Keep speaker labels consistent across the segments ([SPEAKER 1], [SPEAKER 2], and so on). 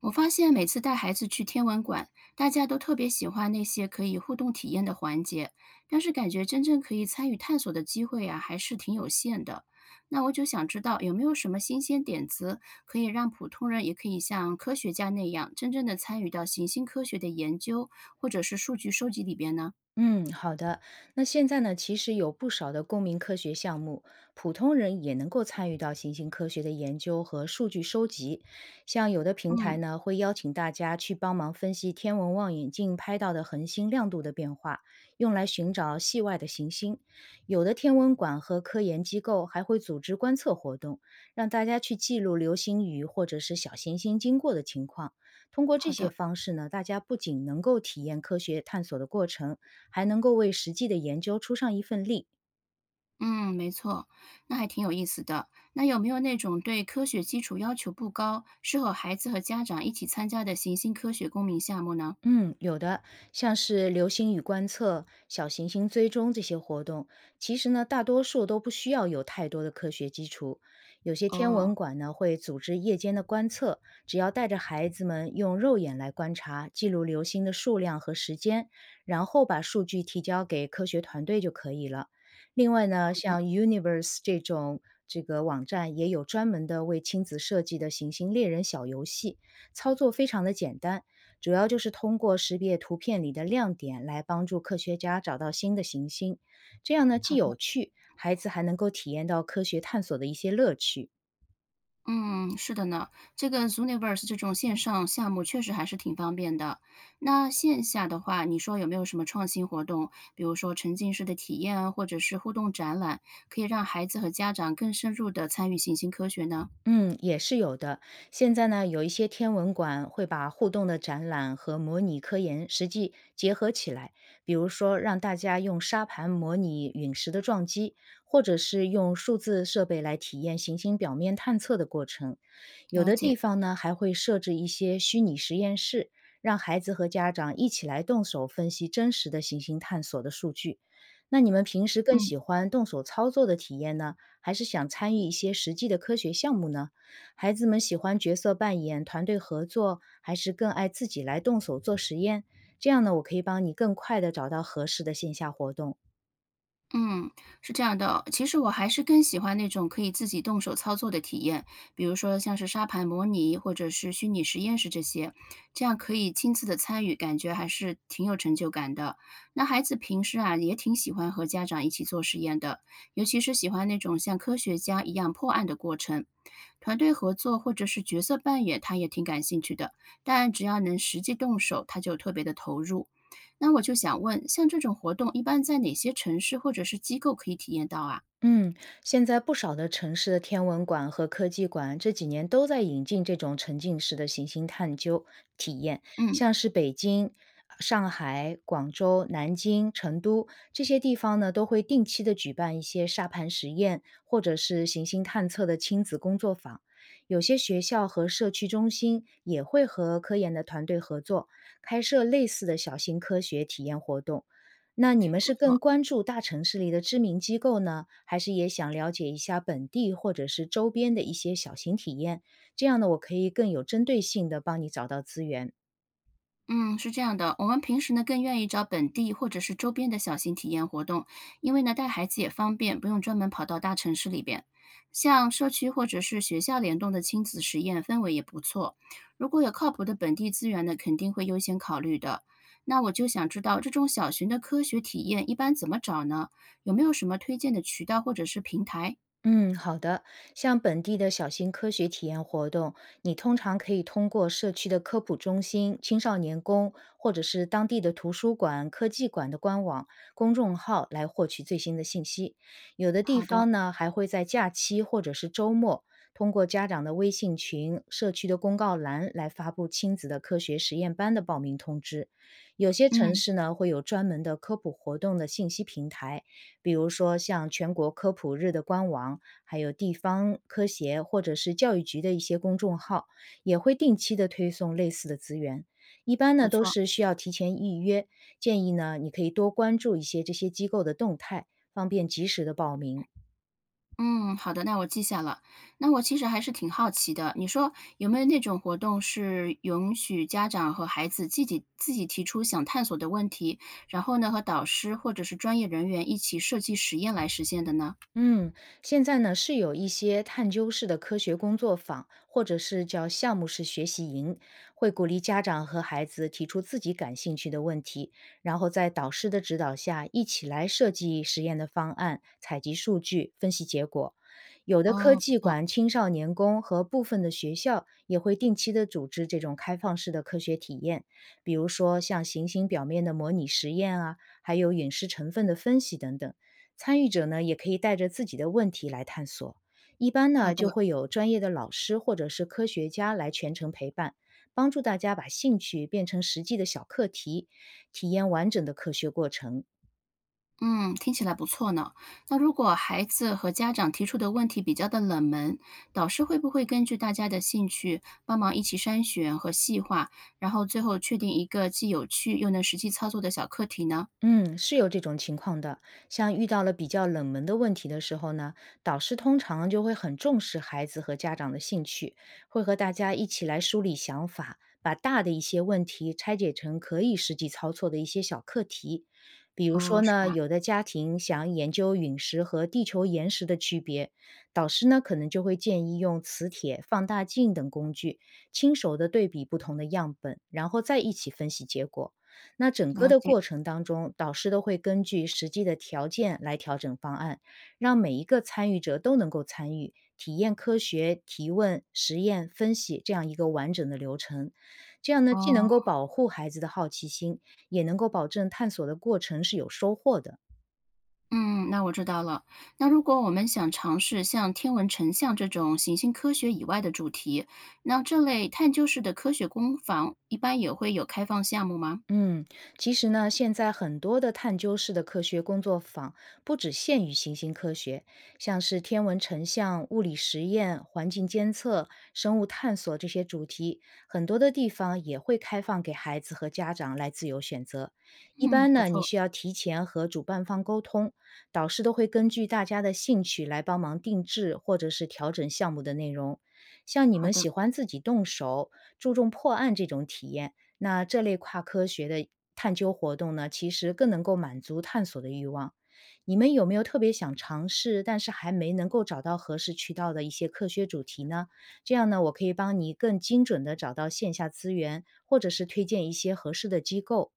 [SPEAKER 1] 我发现每次带孩子去天文馆，大家都特别喜欢那些可以互动体验的环节，但是感觉真正可以参与探索的机会呀、还是挺有限的。那我就想知道有没有什么新鲜点子，可以让普通人也可以像科学家那样，真正的参与到行星科学的研究或者是数据收集里边呢？
[SPEAKER 2] 嗯，好的。那现在呢，其实有不少的公民科学项目，普通人也能够参与到行星科学的研究和数据收集。像有的平台
[SPEAKER 1] 嗯，
[SPEAKER 2] 呢，会邀请大家去帮忙分析天文望远镜拍到的恒星亮度的变化，用来寻找系外的行星。有的天文馆和科研机构还会组织观测活动，让大家去记录流星雨或者是小行星经过的情况。通过这
[SPEAKER 1] 好
[SPEAKER 2] 些
[SPEAKER 1] 的。
[SPEAKER 2] 方式呢，大家不仅能够体验科学探索的过程，还能够为实际的研究出上一份力。
[SPEAKER 1] 嗯，没错，那还挺有意思的。那有没有那种对科学基础要求不高，适合孩子和家长一起参加的行星科学公民项目呢？
[SPEAKER 2] 嗯，有的，像是流星雨观测、小行星追踪这些活动，其实呢，大多数都不需要有太多的科学基础。有些天
[SPEAKER 1] 哦，
[SPEAKER 2] 文馆呢会组织夜间的观测，只要带着孩子们用肉眼来观察，记录流星的数量和时间，然后把数据提交给科学团队就可以了。另外呢，像 Universe 这种网站也有专门的为亲子设计的行星猎人小游戏，操作非常的简单。主要就是通过识别图片里的亮点来帮助科学家找到新的行星。这样呢，
[SPEAKER 1] 好
[SPEAKER 2] 既有
[SPEAKER 1] 的，
[SPEAKER 2] 趣，孩子还能够体验到科学探索的一些乐趣。
[SPEAKER 1] 嗯，是的呢。这个 Zooniverse 这种线上项目确实还是挺方便的。那线下的话，你说有没有什么创新活动，比如说沉浸式的体验啊，或者是互动展览，可以让孩子和家长更深入的参与行星科学呢？
[SPEAKER 2] 嗯，也是有的。现在呢，有一些天文馆会把互动的展览和模拟科研实际结合起来，比如说让大家用沙盘模拟陨石的撞击，或者是用数字设备来体验行星表面探测的过程。有
[SPEAKER 1] 了
[SPEAKER 2] 的地
[SPEAKER 1] 解，
[SPEAKER 2] 方呢，还会设置一些虚拟实验室，让孩子和家长一起来动手分析真实的行星探索的数据。那你们平时更
[SPEAKER 1] 嗯。
[SPEAKER 2] 喜欢动手操作的体验呢？还是想参与一些实际的科学项目呢？孩子们喜欢角色扮演、团队合作，还是更爱自己来动手做实验？这样呢，我可以帮你更快地找到合适的线下活动。
[SPEAKER 1] 嗯，是这样的，其实我还是更喜欢那种可以自己动手操作的体验，比如说像是沙盘模拟或者是虚拟实验室这些，这样可以亲自的参与，感觉还是挺有成就感的。那孩子平时啊也挺喜欢和家长一起做实验的，尤其是喜欢那种像科学家一样破案的过程。团队合作或者是角色扮演，他也挺感兴趣的，但只要能实际动手，他就特别的投入。那我就想问，像这种活动一般在哪些城市或者是机构可以体验到啊？
[SPEAKER 2] 嗯，现在不少的城市的天文馆和科技馆这几年都在引进这种沉浸式的行星探究体验，
[SPEAKER 1] 嗯，
[SPEAKER 2] 像是北京、上海、广州、南京、成都这些地方呢，都会定期的举办一些沙盘实验或者是行星探测的亲子工作坊。有些学校和社区中心也会和科研的团队合作，开设类似的小型科学体验活动。那你们
[SPEAKER 1] 不
[SPEAKER 2] 是更
[SPEAKER 1] 错。
[SPEAKER 2] 关注大城市里的知名机构呢，还是也想了解一下本地或者是周边的一些小型体验？这样呢，我可以更有针对性的帮你找到资源。
[SPEAKER 1] 嗯，是这样的，我们平时呢更愿意找本地或者是周边的小型体验活动，因为呢带孩子也方便，不用专门跑到大城市里边。像社区或者是学校联动的亲子实验氛围也不错。如果有靠谱的本地资源呢，肯定会优先考虑的。那我就想知道这种小型的科学体验一般怎么找呢？有没有什么推荐的渠道或者是平台？
[SPEAKER 2] 嗯，好的。像本地的小型科学体验活动，你通常可以通过社区的科普中心、青少年宫，或者是当地的图书馆、科技馆的官网、公众号来获取最新的信息。有的地
[SPEAKER 1] 好的，
[SPEAKER 2] 方呢，还会在假期或者是周末，通过家长的微信群、社区的公告栏来发布亲子的科学实验班的报名通知。有些城
[SPEAKER 1] 嗯。
[SPEAKER 2] 市呢，会有专门的科普活动的信息平台。比如说像全国科普日的官网，还有地方科协或者是教育局的一些公众号，也会定期的推送类似的资源。一般
[SPEAKER 1] 不
[SPEAKER 2] 呢都
[SPEAKER 1] 错，
[SPEAKER 2] 是需要提前预约，建议呢你可以多关注一些这些机构的动态，方便及时的报名。
[SPEAKER 1] 嗯，好的，那我记下了。那我其实还是挺好奇的，你说有没有那种活动是允许家长和孩子自己提出想探索的问题，然后呢和导师或者是专业人员一起设计实验来实现的呢？
[SPEAKER 2] 嗯，现在呢是有一些探究式的科学工作坊，或者是叫项目式学习营，会鼓励家长和孩子提出自己感兴趣的问题，然后在导师的指导下一起来设计实验的方案、采集数据、分析结果。有的科
[SPEAKER 1] 哦，不
[SPEAKER 2] 技
[SPEAKER 1] 错，
[SPEAKER 2] 馆、青少年宫和部分的学校也会定期的组织这种开放式的科学体验，比如说像行星表面的模拟实验啊，还有陨石成分的分析等等。参与者呢，也可以带着自己的问题来探索。一般
[SPEAKER 1] 好
[SPEAKER 2] 呢，就
[SPEAKER 1] 的，
[SPEAKER 2] 会有专业的老师或者是科学家来全程陪伴，帮助大家把兴趣变成实际的小课题，体验完整的科学过程。
[SPEAKER 1] 嗯，听起来不错呢。那如果孩子和家长提出的问题比较的冷门，导师会不会根据大家的兴趣帮忙一起筛选和细化，然后最后确定一个既有趣又能实际操作的小课题呢？
[SPEAKER 2] 嗯，是有这种情况的。像遇到了比较冷门的问题的时候呢，导师通常就会很重视孩子和家长的兴趣，会和大家一起来梳理想法，把大的一些问题拆解成可以实际操作的一些小课题。比如
[SPEAKER 1] 哦，
[SPEAKER 2] 说
[SPEAKER 1] 是
[SPEAKER 2] 呢，
[SPEAKER 1] 吧？
[SPEAKER 2] 有的家庭想研究陨石和地球岩石的区别，导师呢可能就会建议用磁铁、放大镜等工具，亲手的对比不同的样本，然后再一起分析结果。那整个
[SPEAKER 1] 了
[SPEAKER 2] 的
[SPEAKER 1] 解。
[SPEAKER 2] 过程当中，导师都会根据实际的条件来调整方案，让每一个参与者都能够参与，体验科学、提问、实验、分析这样一个完整的流程。这样呢，既能够
[SPEAKER 1] 哦，
[SPEAKER 2] 保护孩子的好奇心，也能够保证探索的过程是有收获的。
[SPEAKER 1] 嗯，那我知道了。那如果我们想尝试像天文成像这种行星科学以外的主题，那这类探究式的科学工坊一般也会有开放项目吗？
[SPEAKER 2] 嗯，其实呢，现在很多的探究式的科学工作坊不只限于行星科学，像是天文成像、物理实验、环境监测、生物探索这些主题，很多的地方也会开放给孩子和家长来自由选择。一
[SPEAKER 1] 嗯，
[SPEAKER 2] 般
[SPEAKER 1] 不
[SPEAKER 2] 呢，你
[SPEAKER 1] 错，
[SPEAKER 2] 需要提前和主办方沟通，导师都会根据大家的兴趣来帮忙定制或者是调整项目的内容。像你
[SPEAKER 1] 好
[SPEAKER 2] 们
[SPEAKER 1] 的。
[SPEAKER 2] 喜欢自己动手、注重破案这种体验。那这类跨科学的探究活动呢，其实更能够满足探索的欲望。你们有没有特别想尝试，但是还没能够找到合适渠道的一些科学主题呢？这样呢，我可以帮你更精准的找到线下资源，或者是推荐一些合适的机构。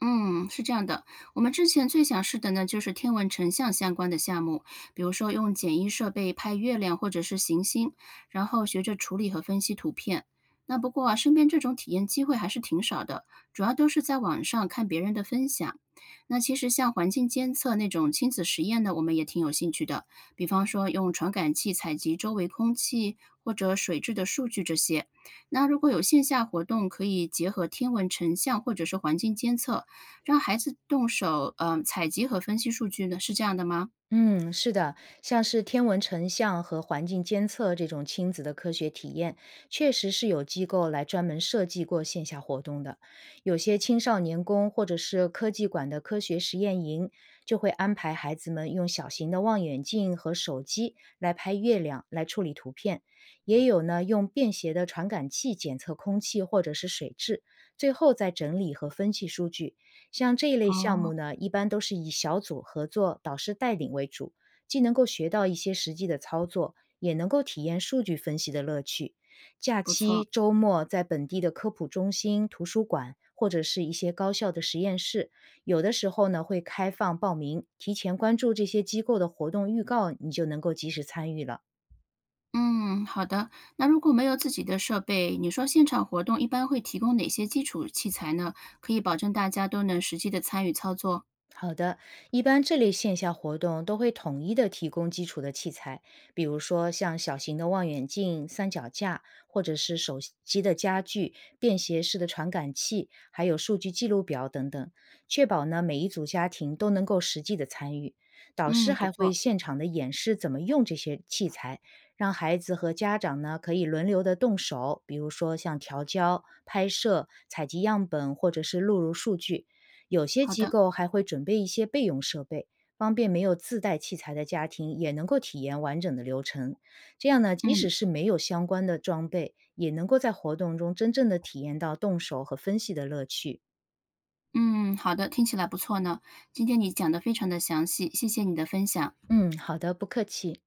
[SPEAKER 1] 嗯，是这样的，我们之前最想试的呢，就是天文成像相关的项目，比如说用简易设备拍月亮或者是行星，然后学着处理和分析图片。那不过啊，身边这种体验机会还是挺少的，主要都是在网上看别人的分享。那其实像环境监测那种亲子实验呢，我们也挺有兴趣的，比方说用传感器采集周围空气或者水质的数据这些。那如果有线下活动，可以结合天文成像或者是环境监测。让孩子动手，采集和分析数据呢，是这样的吗？
[SPEAKER 2] 嗯，是的，像是天文成像和环境监测这种亲子的科学体验，确实是有机构来专门设计过线下活动的。有些青少年宫或者是科技馆的科学实验营，就会安排孩子们用小型的望远镜和手机来拍月亮，来处理图片。也有呢，用便携的传感器检测空气或者是水质，最后再整理和分析数据。像这一类项目
[SPEAKER 1] 哦，
[SPEAKER 2] 呢，一般都是以小组合作、导师带领为主，既能够学到一些实际的操作，也能够体验数据分析的乐趣。假
[SPEAKER 1] 不
[SPEAKER 2] 期、
[SPEAKER 1] 错。
[SPEAKER 2] 周末，在本地的科普中心、图书馆或者是一些高校的实验室，有的时候呢会开放报名，提前关注这些机构的活动预告，你就能够及时参与了。
[SPEAKER 1] 嗯，好的。那如果没有自己的设备，你说现场活动一般会提供哪些基础器材呢？可以保证大家都能实际的参与操作。
[SPEAKER 2] 好的，一般这类线下活动都会统一的提供基础的器材，比如说像小型的望远镜、三脚架，或者是手机的家具、便携式的传感器，还有数据记录表等等，确保呢每一组家庭都能够实际的参与。导师
[SPEAKER 1] 嗯，不
[SPEAKER 2] 还会
[SPEAKER 1] 错。
[SPEAKER 2] 现场的演示怎么用这些器材，让孩子和家长呢可以轮流的动手，比如说像调焦、拍摄、采集样本或者是录入数据。有些
[SPEAKER 1] 好
[SPEAKER 2] 机
[SPEAKER 1] 的。
[SPEAKER 2] 构还会准备一些备用设备，方便没有自带器材的家庭也能够体验完整的流程。这样呢，即
[SPEAKER 1] 嗯
[SPEAKER 2] 使是没有相关的装备，也能够在活动中真正的体验到动手和分析的乐趣。
[SPEAKER 1] 嗯，好的，听起来不错呢。今天你讲的非常的详细，谢谢你的分享。
[SPEAKER 2] 嗯，好的，不客气。